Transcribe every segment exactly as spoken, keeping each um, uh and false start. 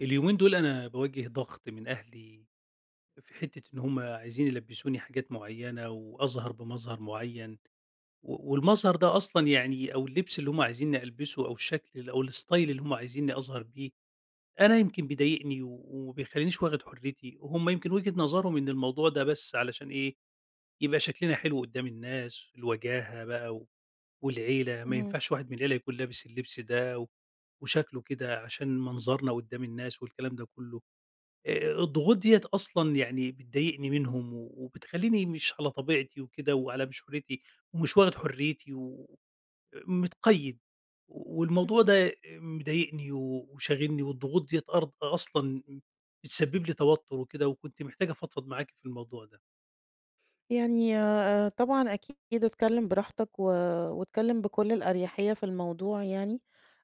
اليومين دول أنا باواجه ضغط من أهلي في حتّة إن هم عايزين يلبّسوني حاجات معيّنة وأظهر بمظهر معيّن، و والمظهر ده أصلًا يعني أو اللبس اللي هم عايزينّي ألبسه أو الشكل أو الstyle اللي هم عايزينّي أظهر بيه، أنا يمكن بيضايقني و وما بيخلّينيش واخد حرّيتي، هم يمكن وجهة نظرهم إن الموضوع ده بس علشان إيه، يبقى شكلنا حلو قدّام الناس، الوجاهة بقى و والعيلة، ما اهم. ينفعش واحد من العيلة يكون لابس اللبس ده و وشكله كده عشان منظرنا قدّام الناس والكلام ده كُلّه. آآ الضغوط ديّة أصلًا يعني بتضايقني منهم و وبتخلّيني مش على طبيعتي وكده وعلى مشورتي ومش واخد حريتي و متقيّد، والموضوع اهم. ده مضايقني و وشاغلني والضغوط ديّة أرض أصلًا بتسبب لي توتر وكده، وكنت محتاج أفضفض معاكِ في الموضوع ده. يعني آه، طبعًا أكيد اتكلّم براحتك و واتكلّم بكل الأريحية في الموضوع يعني.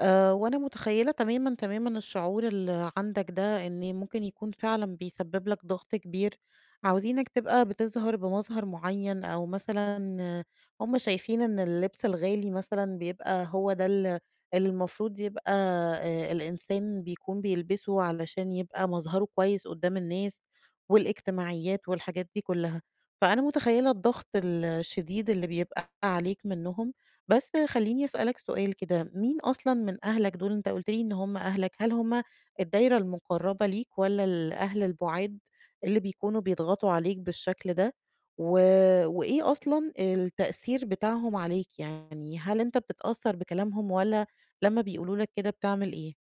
آآ وأنا متخيّلة تمامًا، تمامًا الشعور اللي عندك ده إن ممكن يكون فعلًا بيسبب لك ضغط كبير، عاوزينك تبقى بتظهر بمظهر معيّن أو مثلًا آه، هُم شايفين إن اللبس الغالي مثلًا بيبقى هو ده ال اللي المفروض يبقى آآ الإنسان بيكون بيلبسه علشان يبقى مظهره كويس قدّام الناس، والإجتماعيات والحاجات دي كلّها. فأنا متخيّلة الضغط ال الشديد اللي بيبقى عليك منّهم. بس خلّيني أسألك سؤال كده، مين أصلًا من أهلك دول؟ أنت قُلت لي إن هم أهلك، هل هم الدايرة المقرّبة ليك والّا الأهل البُعاد اللي بيكونوا بيضغطوا عليك بالشكل ده؟ و وإيه أصلًا التأثير بتاعهم عليك، يعني هل أنت بتتأثّر بكلامهم والّا لمّا بيقولوا لك كده بتعمل إيه؟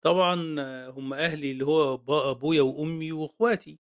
طبعًا آه، هم أهلي اللي هو با أبويا وأمي وأخواتي.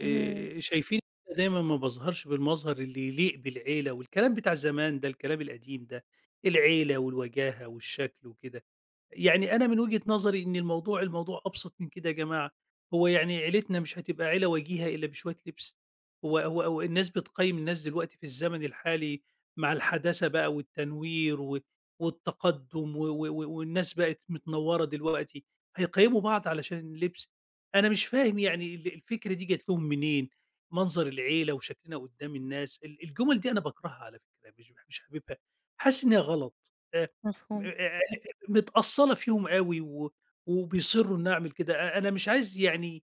اهم، شايفين إن أنا دايمًا ما باظهرش بالمظهر اللي يليق بالعيلة والكلام بتاع زمان ده، الكلام القديم ده، العيلة والوجاهة والشكل وكده. يعني أنا من وجهة نظري إن الموضوع الموضوع أبسط من كده يا جماعة، هو يعني عيلتنا مش هتبقى عيلة وجيهة إلا بشوية لبس؟ هو هو هو الناس بتقيّم الناس دلوقتي في الزمن الحالي مع الحداثة بقى والتنوير و والتقدُّم و و و والناس بقت متنوّرة دلوقتي، هيقيّموا بعض علشان اللبس؟ أنا مش فاهم يعني ال الفكرة دي جات لهم منين؟ منظر العيلة وشكلنا قدّام الناس، ال الجُمل دي أنا باكرهها على فكرة، مش مش حاببها، حاسس إن هي غلط. آآ مفهوم، متأصّلة فيهم أوي و وبيصرّوا إنّي أعمل كده، أ أنا مش عايز يعني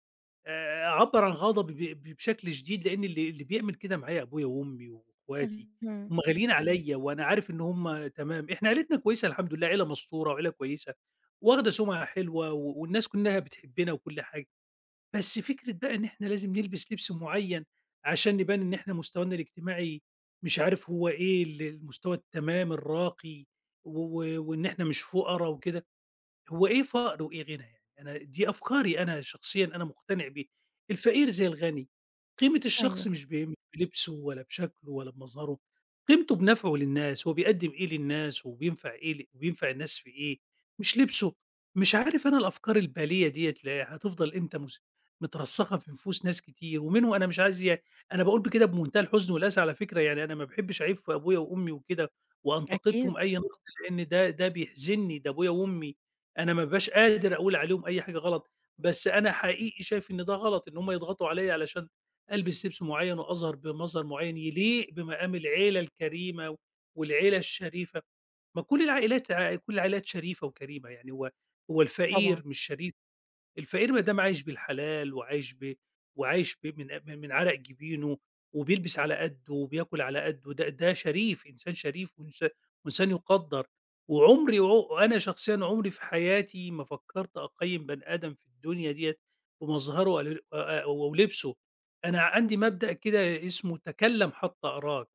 آآ أعبّر عن غضبي ب ب بشكل شديد، لإن اللي اللي بيعمل كده معايا أبويا وأمي وأخواتي، اهم، هُم غاليين عليّا وأنا عارف إن هُم تمام، إحنا عيلتنا كويسة الحمد لله، عيلة مستورة وعيلة كويسة، واخدة سُمعة حلوة و والناس كلّها بتحبّنا وكل حاجة، بس فكرة بقى إن إحنا لازم نلبس لبس معيّن عشان نبان إن إحنا مستوانا الاجتماعي مش عارف هو إيه، ال المستوى التمام الراقي و و وإن إحنا مش فُقرا وكده. هو إيه فقر وإيه غنى يعني؟ أنا دي أفكاري أنا شخصيًا أنا مقتنع بيها، الفقير زي الغني، قيمة الشخص أيوه، مش ب مش بلبسه ولا بشكله ولا بمظهره، قيمته بنفعه للناس، هو بيقدّم إيه للناس وبينفع إيه ل وبينفع الناس في إيه، مش لبسه، مش عارف أنا الأفكار البالية ديّة لا هتفضل إمتى مس مترسخة في نفوس ناس كتير، ومنهم أنا مش عايز يعني أنا باقول بكده بمنتهى الحزن والأسى على فكرة يعني أنا ما باحبش أعيب في أبويا وأمي وكده أكيد، وأنتقدهم أي نقد لإن ده ده بيحزنّي، ده أبويا وأمي. أنا ما بابقاش قادر أقول عليهم أي حاجة غلط، بس أنا حقيقي شايف إن ده غلط إن هم يضغطوا عليَّ علشان ألبس لبس معيّن وأظهر بمظهر معيّن يليق بمقام العيلة الكريمة والعيلة الشريفة، ما كل العائلات ع كل العائلات شريفة وكريمة، يعني هو هو طبعًا. الفقير مش شريف؟ الفقير ما دام عايش بالحلال وعايش ب وعايش ب من من عرق جبينه وبيلبس على قده وبياكل على قده ده ده شريف انسان شريف وإنس- وانسان يقدر وعمري وع- وانا شخصيا عمري في حياتي ما فكرت اقيم بني ادم في الدنيا ديت بمظهره ولا- آه، ولبسه. انا عندي مبدا كده اسمه تكلم حتى اراك.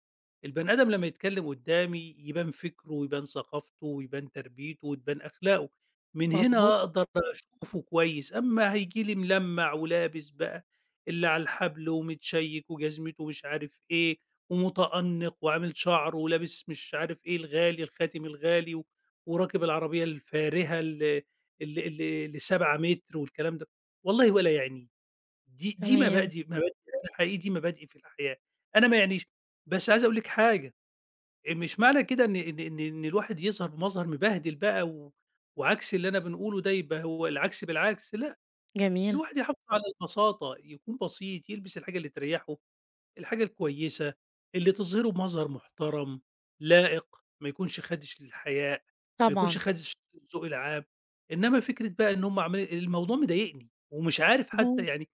البني ادم لما يتكلم قدامي يبان فكره ويبان ثقافته ويبان تربيته وتبان اخلاقه، من مضبوط. هنا أقدر أشوفه كويس، أمّا هييجي لي ملمّع ولابس بقى اللي على الحبل ومتشيّك وجزمته مش عارف إيه، ومتأنّق وعامل شعره ولابس مش عارف إيه الغالي، الخاتم الغالي و وراكب العربية الفارهة ال ال ال اللي 7 متر والكلام ده، والله ولا يعنيني، دي دي تمام، مبادئ مبادئ أنا حقيقي دي مبادئي في الحياة، أنا ما يعنيش. بس عايز أقول لِك حاجة، آآ مش معنى كده إن إن إن إن الواحد يظهر بمظهر مبهدل بقى و وعكس اللي أنا بنقوله ده يبقى هو العكس بالعكس، لأ، جميل. الواحد يحافظ على البساطة، يكون بسيط، يلبس الحاجة اللي تريّحه، الحاجة الكويسة، اللي تظهره بمظهر محترم، لائق، ما يكونش خادش للحياء، ما يكونش طبعًا. خادش للذوق العام، إنما فكرة بقى إن هم عمالين الموضوع مضايقني ومش عارف اهم، حتى يعني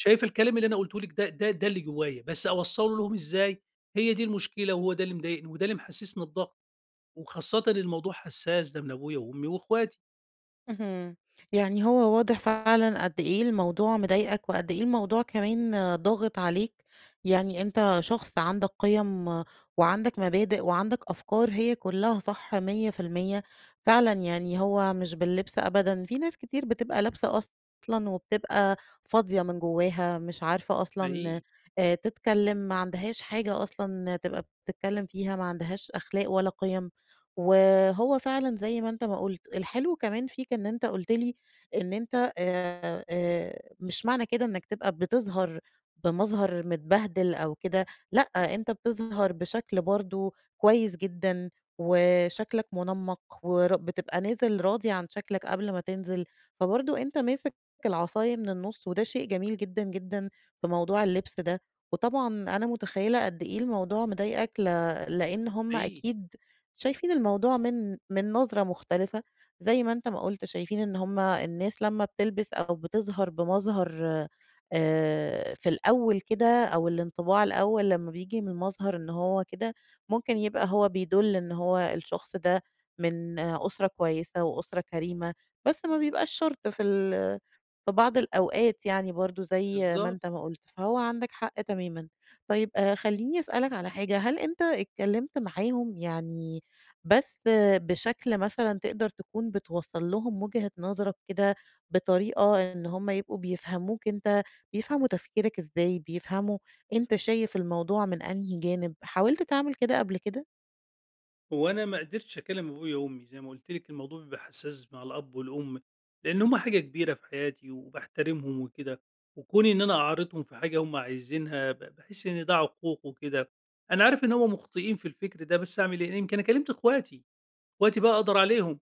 شايفة الكلام اللي أنا قُلته لِك ده ده ده اللي جوايا، بس أوصّله لهم إزاي؟ هي دي المشكلة وهو ده اللي مضايقني وده اللي محسسني بضغط. وخاصةً الموضوع حساس ده من أبويا وأمي وأخواتي. اهم. يعني هو واضح فعلًا قد إيه الموضوع مضايقك وقد إيه الموضوع كمان آه، ضاغط عليك، يعني أنت شخص عندك قِيَم آه، وعندك مبادئ وعندك أفكار هي كلّها صح مية في المية، فعلًا يعني هو مش باللبس أبدًا، في ناس كتير بتبقى لابسة أصلًا وبتبقى فاضية من جواها، مش عارفة أصلًا حقيقي. آآ تتكلّم، ما عندهاش حاجة أصلًا تبقى بتتكلّم فيها، ما عندهاش أخلاق ولا قِيَم و آآ هو فعلًا زي ما أنت ما قُلت، الحلو كمان فيك إن أنت قُلت لي إن أنت آآ آآ مش معنى كده إنك تبقى بتظهر بمظهر متبهدل أو كده، لأ، أنت بتظهر بشكل برضه كويس جدًا، وشكلك منمّق ور بتبقى نازل راضي عن شكلك قبل ما تنزل، فبرضه أنت ماسك العصاية من النُص وده شيء جميل جدًا، جدًا في موضوع اللبس ده، وطبعًا أنا متخيّلة قد إيه الموضوع مضايقك ل لإن هُم حقيقي. أكيد شايفين الموضوع من من نظرة مختلفة، زي ما أنت ما قُلت شايفين إن هُم الناس لمّا بتلبس أو بتظهر بمظهر آآ في الأول كده أو الانطباع الأول لمّا بييجي من مظهر إن هو كده، ممكن يبقى هو بيدُل إن هو الشخص ده من آه، أسرة كويسة وأسرة كريمة، بس ما بيبقاش شرط في ال في بعض الأوقات يعني برضه زي ما بالضبط. أنت ما قُلت، فهو عندك حق تمامًا. طيب آآ خلّيني أسألك على حاجة، هل أنت اتكلمت معاهم؟ يعني بس بشكل مثلًا تقدر تكون بتوصّل لهم وجهة نظرك كده بطريقة إن هم يبقوا بيفهموك أنت، بيفهموا تفكيرك إزاي، بيفهموا أنت شايف الموضوع من أنهي جانب، حاولت تعمل كده قبل كده؟ وأنا ما قدرتش أكلّم أبويا وأمي، زي ما قُلت لِك الموضوع بيبقى حساس مع الأب والأم، لإن هُم حاجة كبيرة في حياتي وباحترمهم وكده، وكوني إن أنا أعارضهم في حاجة هُم عايزينها ب باحس إن ده عقوق وكده، أنا عارف إن هُم مخطئين في الفكر ده بس أعمل إيه، يمكن أنا كلّمت أخواتي، أخواتي بقى أقدر عليهم.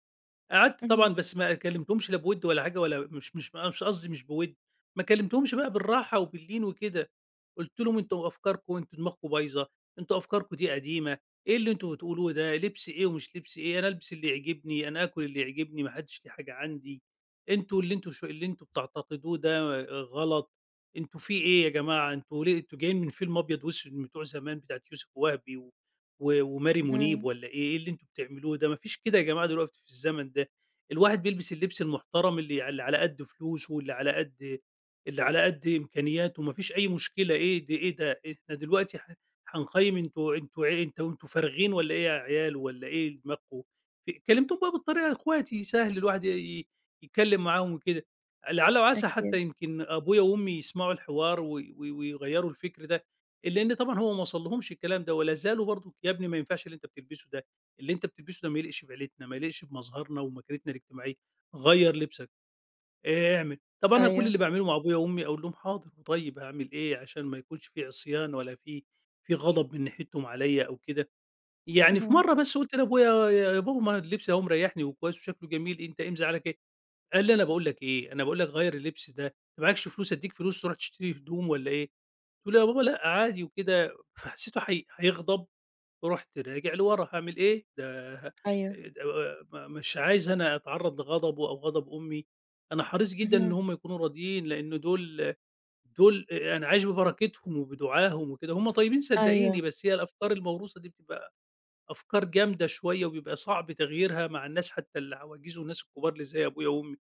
قعدت طبعًا اهم، بس ما كلمتهمش لا بوِد ولا حاجة ولا مش مش مش قصدي مش بوِد، ما كلمتهمش بقى بالراحة وباللين وكده، قُلت لهم: "أنتم أفكاركم أنتم دماغكم بايظة، أنتم أفكاركم دي قديمة، إيه اللي أنتم بتقولوه ده، لبس إيه ومش لبس إيه، أنا ألبس اللي يعجبني، أنا آكل اللي يعجبني، ما حدش ليه حاجة عندي، أنتم اللي أنتم ش اللي أنتم بتعتقدوه ده غلط، أنتم في إيه يا جماعة، أنتم ليه أنتم جايين من فيلم أبيض وأسود من بتوع زمان بتاعة يوسف وهبي و وماري منيب اهم، والّا إيه، إيه اللي أنتم بتعملوه ده؟ ما فيش كده يا جماعة دلوقتي في الزمن ده، الواحد بيلبس اللبس المحترم اللي اللي على قد فلوسه، اللي على قد اللي على قد إمكانياته، ما فيش أي مشكلة إيه د إيه ده؟ إحنا دلوقتي ح هنقيّم؟ أنتم أنتم ع أنتم أنتم فارغين والّا إيه يا عيال والّا إيه دماغكم؟" ف كلمتهم بقى بالطريقة يا إخواتي سهل الواحد ي يتكلم معاهم وكده، لعل وعسى حتى أكيد، يمكن أبويا وأمي يسمعوا الحوار و و ويغيّروا الفكر ده. لإن طبعًا هو ما وصلّهمش الكلام ده، ولا زالوا برضه "يا ابني ما ينفعش اللي أنت بتلبسه ده، اللي أنت بتلبسه ده ما يليقش بعيلتنا، ما يليقش بمظهرنا ومكانتنا الاجتماعية، غيّر لبسك، ايه اعمل." طب أنا كل أيوه، اللي باعمله مع أبويا وأمي أقول لهم: "حاضر، وطيب هاعمل إيه؟" عشان ما يكونش في عصيان ولا في في غضب من ناحيتهم عليّا أو كده. يعني في اهم، مرّة بس قُلت لأبويا: "يا يا بابا، ما اللبس أهو مريّحني وكويس وشكله جميل، أنت إيه مزعّلك إيه؟" قال لي: "أنا باقول لك إيه، أنا باقول لك غيّر اللبس ده، أنت معاكش فلوس أدّيك فلوس تروح تشتري هدوم والّا إيه؟" قُلت له: "يا بابا لأ عادي وكده." فحسيته هي هيغضب، رُحت راجع لورا. هاعمل إيه؟ ده ه أيوه، د م مش عايز أنا أتعرّض لغضبه أو غضب أمي، أنا حريص جدًا إن اهم، هم يكونوا راضيين لإن دول دول أ أنا عايش ببركتهم وبدعاهم وكده، هم طيبين صدّقيني أيوه، بس هي الأفكار الموروثة دي بتبقى أفكار جامدة شوية وبيبقى صعب تغييرها مع الناس حتى العواجيز والناس الكبار اللي زي أبويا وأمي.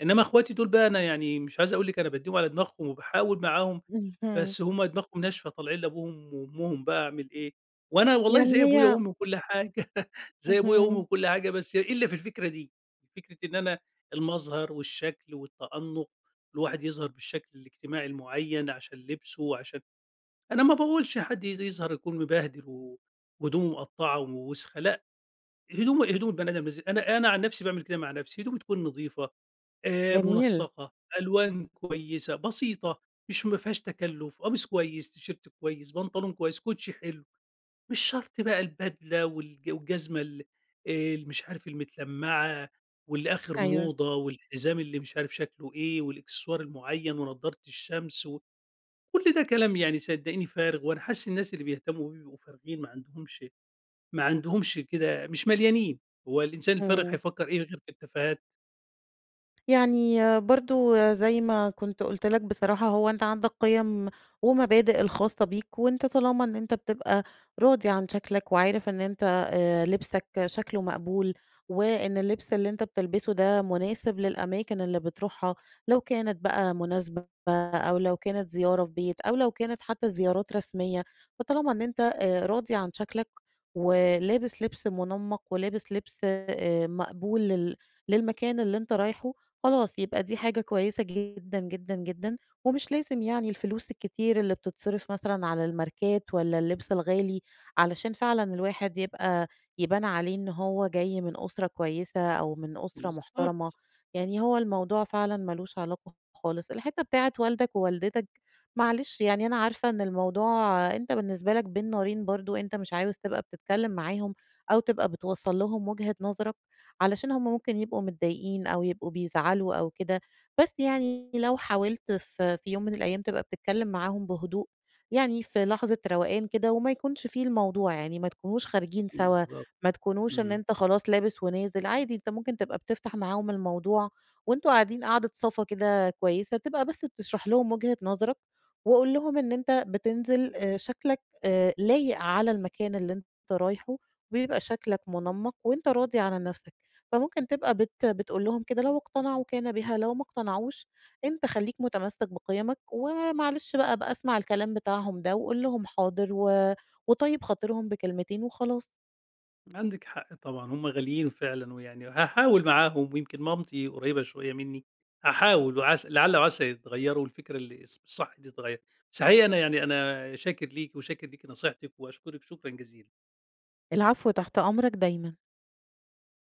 إنما أخواتي دول بقى أنا يعني مش عايز أقول لِك أنا بادّيهم على دماغهم وباحاول معاهم، اهم، بس هُم دماغهم ناشفة طالعين لأبوهم وأمهم بقى أعمل إيه، وأنا والله يعني زي أبويا هي وأمي وكل حاجة زي أبويا وأمي اهم، وكل حاجة، بس إلا في الفكرة دي، فكرة إن أنا المظهر والشكل والتأنُّق، الواحد يظهر بالشكل الاجتماعي المُعيّن عشان لبسه وعشان. أنا ما باقولش حد ي يظهر يكون مبهدل و وهدومه مقطّعة ووسخة، لأ، هدوم هدوم البني آدم لازم، أنا أنا عن نفسي باعمل كده مع نفسي، هدومي تكون نضيفة، آآ جميل، منسّقة، ألوان كويسة، بسيطة، مش ما فيهاش تكلُّف، قميص كويس، تيشيرت كويس، بنطلون كويس، كوتشي حلو، مش شرط بقى البدلة والج والجزمة ال ال مش عارف المتلمّعة، واللي آخر أيوه، موضة والحزام اللي مش عارف شكله إيه والإكسسوار المُعيّن ونضارة الشمس و كل ده كلام يعني صدّقيني فارغ، وأنا حاسس الناس اللي بيهتمّوا بيه بيبقوا فارغين، ما عندهمش ما عندهمش كده مش مليانين، هو الإنسان الفارغ إمم. هيفكّر إيه غير في التفاهات. يعني آآ برضه زي ما كنت قُلت لك بصراحة هو أنت عندك قِيَم ومبادئ الخاصة بيك، وأنت طالما إن أنت بتبقى راضي عن شكلك وعارف إن أنت آآ لبسك شكله مقبول، وإن اللبس اللي أنت بتلبسه ده مناسب للأماكن اللي بتروحها، لو كانت بقى مناسبة أو لو كانت زيارة في بيت أو لو كانت حتى زيارات رسمية، فطالما إن أنت آآ راضي عن شكلك ولابس لبس منمَّق ولابس لبس آآ مقبول لل للمكان اللي أنت رايحه، خلاص يبقى دي حاجة كويسة جدًا، جدًا، جدًا، ومش لازم يعني الفلوس الكتير اللي بتتصرف مثلًا على الماركات والّا اللبس الغالي، علشان فعلًا الواحد يبقى يبان عليه إن هو جاي من أسرة كويسة أو من أسرة محترمة، بالضبط. يعني هو الموضوع فعلًا ما لوش علاقة خالص. الحتّة بتاعة والدك ووالدتك معلش، يعني أنا عارفة إن الموضوع أنت بالنسبة لك بين نارين برضه، أنت مش عاوز تبقى بتتكلم معاهم أو تبقى بتوصّل لهم وجهة نظرك علشان هم ممكن يبقوا متضايقين أو يبقوا بيزعلوا أو كده، بس يعني لو حاولت في في يوم من الأيام تبقى بتتكلم معاهم بهدوء، يعني في لحظة روقان كده وما يكونش فيه الموضوع، يعني ما تكونوش خارجين سوا، بالضبط. ما تكونوش إن إمم. أنت خلاص لابس ونازل، عادي أنت ممكن تبقى بتفتح معاهم الموضوع وأنتم قاعدين قعدة صفا كده كويسة، تبقى بس بتشرح لهم وجهة نظرك، وقُل لهم إن أنت بتنزل آآ شكلك آآ لايق على المكان اللي أنت رايحه، وبيبقى شكلك منمق وأنت راضي عن نفسك. فممكن تبقى بت بتقول لهم كده. لو اقتنعوا كان بها، لو ما اقتنعوش أنت خلّيك متمسّك بقيمك، ومعلش بقى بقى اسمع الكلام بتاعهم ده وقُل لهم حاضر و وطيّب خاطرهم بكلمتين وخلاص. عندِك حق طبعًا، هم غاليين فعلًا، ويعني هاحاول معاهم ويمكن مامتي قريبة شوية منّي، هاحاول وعسى لعل وعسى يتغيّروا والفكرة اللي الص الصح دي تتغيّر. صحيح، أنا يعني أنا شاكر ليكِ وشاكر ليكِ نصيحتِك وأشكرِك شكرًا جزيلًا. العفو، تحت أمرك دايمًا.